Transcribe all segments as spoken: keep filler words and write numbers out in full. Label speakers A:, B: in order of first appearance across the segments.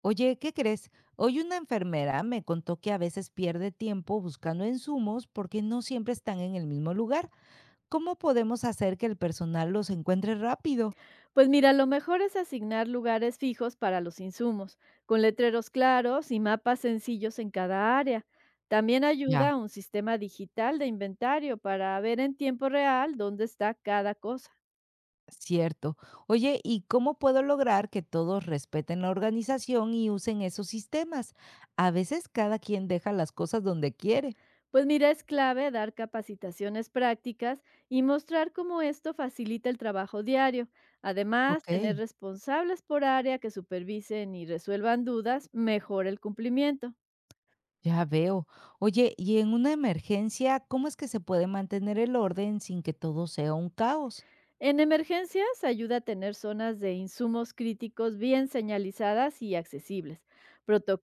A: Oye, ¿qué crees? Hoy una enfermera me contó que a veces pierde tiempo buscando insumos porque no siempre están en el mismo lugar. ¿Cómo podemos hacer que el personal los encuentre rápido?
B: Pues mira, lo mejor es asignar lugares fijos para los insumos, con letreros claros y mapas sencillos en cada área. También
A: Ya.
B: ayuda un sistema digital de inventario para ver en tiempo real dónde está cada cosa.
A: Cierto. Oye, ¿y cómo puedo lograr que todos respeten la organización y usen esos sistemas? A veces cada quien deja las cosas donde quiere.
B: Pues mira, es clave dar capacitaciones prácticas y mostrar cómo esto facilita el trabajo diario. Además, tener
A: Ok.
B: responsables por área que supervisen y resuelvan dudas mejora el cumplimiento.
A: Ya veo. Oye, ¿y en una emergencia, cómo es que se puede mantener el orden sin que todo sea un caos?
B: En emergencias ayuda a tener zonas de insumos críticos bien señalizadas y accesibles,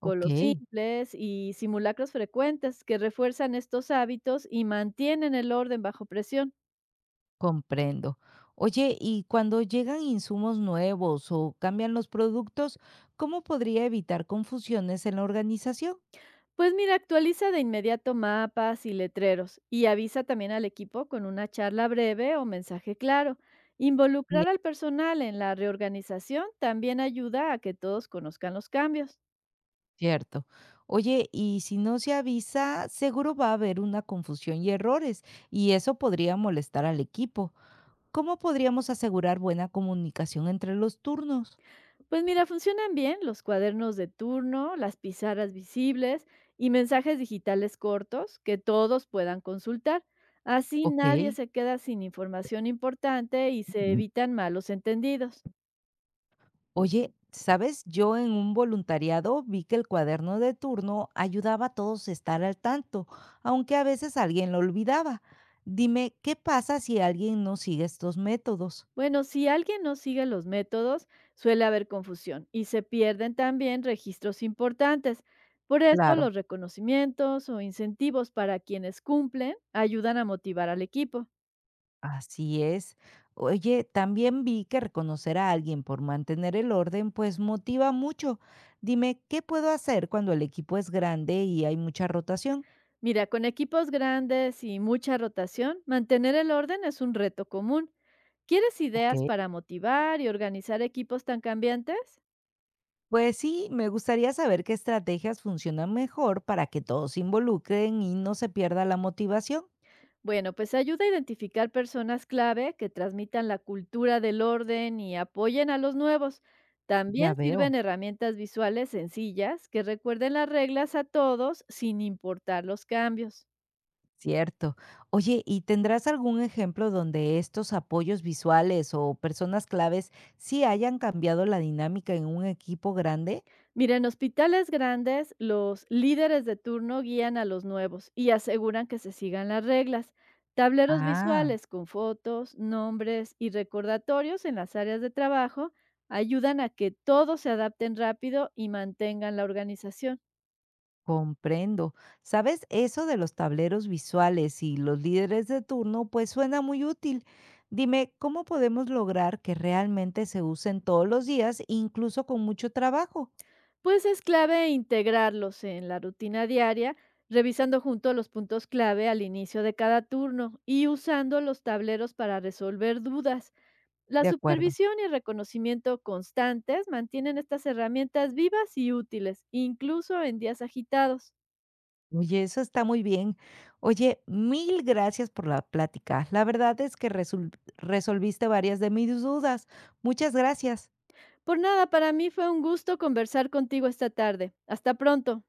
A: Ok.
B: simples y simulacros frecuentes que refuerzan estos hábitos y mantienen el orden bajo presión.
A: Comprendo. Oye, y cuando llegan insumos nuevos o cambian los productos, ¿cómo podría evitar confusiones en la organización?
B: Pues mira, actualiza de inmediato mapas y letreros y avisa también al equipo con una charla breve o mensaje claro.
A: Bien,
B: Involucrar al personal en la reorganización también ayuda a que todos conozcan los cambios.
A: cierto. Oye, y si no se avisa, seguro va a haber una confusión y errores, y eso podría molestar al equipo. ¿Cómo podríamos asegurar buena comunicación entre los turnos?
B: Pues mira, funcionan bien los cuadernos de turno, las pizarras visibles y mensajes digitales cortos que todos puedan consultar. Así
A: Ok.
B: nadie se queda sin información importante y se evitan malos entendidos.
A: Oye, ¿sabes? Yo en un voluntariado vi que el cuaderno de turno ayudaba a todos a estar al tanto, aunque a veces alguien lo olvidaba. Dime, ¿qué pasa si alguien no sigue estos métodos?
B: Bueno, si alguien no sigue los métodos, suele haber confusión y se pierden también registros importantes. Por eso
A: Claro,
B: los reconocimientos o incentivos para quienes cumplen ayudan a motivar al equipo.
A: así es. Oye, también vi que reconocer a alguien por mantener el orden, pues motiva mucho. Dime, ¿qué puedo hacer cuando el equipo es grande y hay mucha rotación?
B: Mira, con equipos grandes y mucha rotación, mantener el orden es un reto común. ¿Quieres
A: Ok.
B: ideas para motivar y organizar equipos tan cambiantes?
A: Pues sí, me gustaría saber qué estrategias funcionan mejor para que todos se involucren y no se pierda la motivación.
B: Bueno, pues ayuda a identificar personas clave que transmitan la cultura del orden y apoyen a los nuevos.
A: Ya
B: También
A: veo,
B: sirven herramientas visuales sencillas que recuerden las reglas a todos sin importar los cambios.
A: cierto. Oye, ¿y tendrás algún ejemplo donde estos apoyos visuales o personas claves sí hayan cambiado la dinámica en un equipo grande?
B: Mira, en hospitales grandes, los líderes de turno guían a los nuevos y aseguran que se sigan las reglas. Tableros
A: Ah.
B: visuales con fotos, nombres y recordatorios en las áreas de trabajo ayudan a que todos se adapten rápido y mantengan la organización.
A: Comprendo. ¿Sabes? Eso de los tableros visuales y los líderes de turno, pues suena muy útil. Dime, ¿cómo podemos lograr que realmente se usen todos los días, incluso con mucho trabajo?
B: Pues es clave integrarlos en la rutina diaria, revisando junto los puntos clave al inicio de cada turno y usando los tableros para resolver dudas. La
A: De acuerdo.
B: supervisión y reconocimiento constantes mantienen estas herramientas vivas y útiles, incluso en días agitados.
A: Oye, eso está muy bien. Oye, mil gracias por la plática. La verdad es que resul- resolviste varias de mis dudas. Muchas gracias.
B: Por nada, para mí fue un gusto conversar contigo esta tarde. Hasta pronto.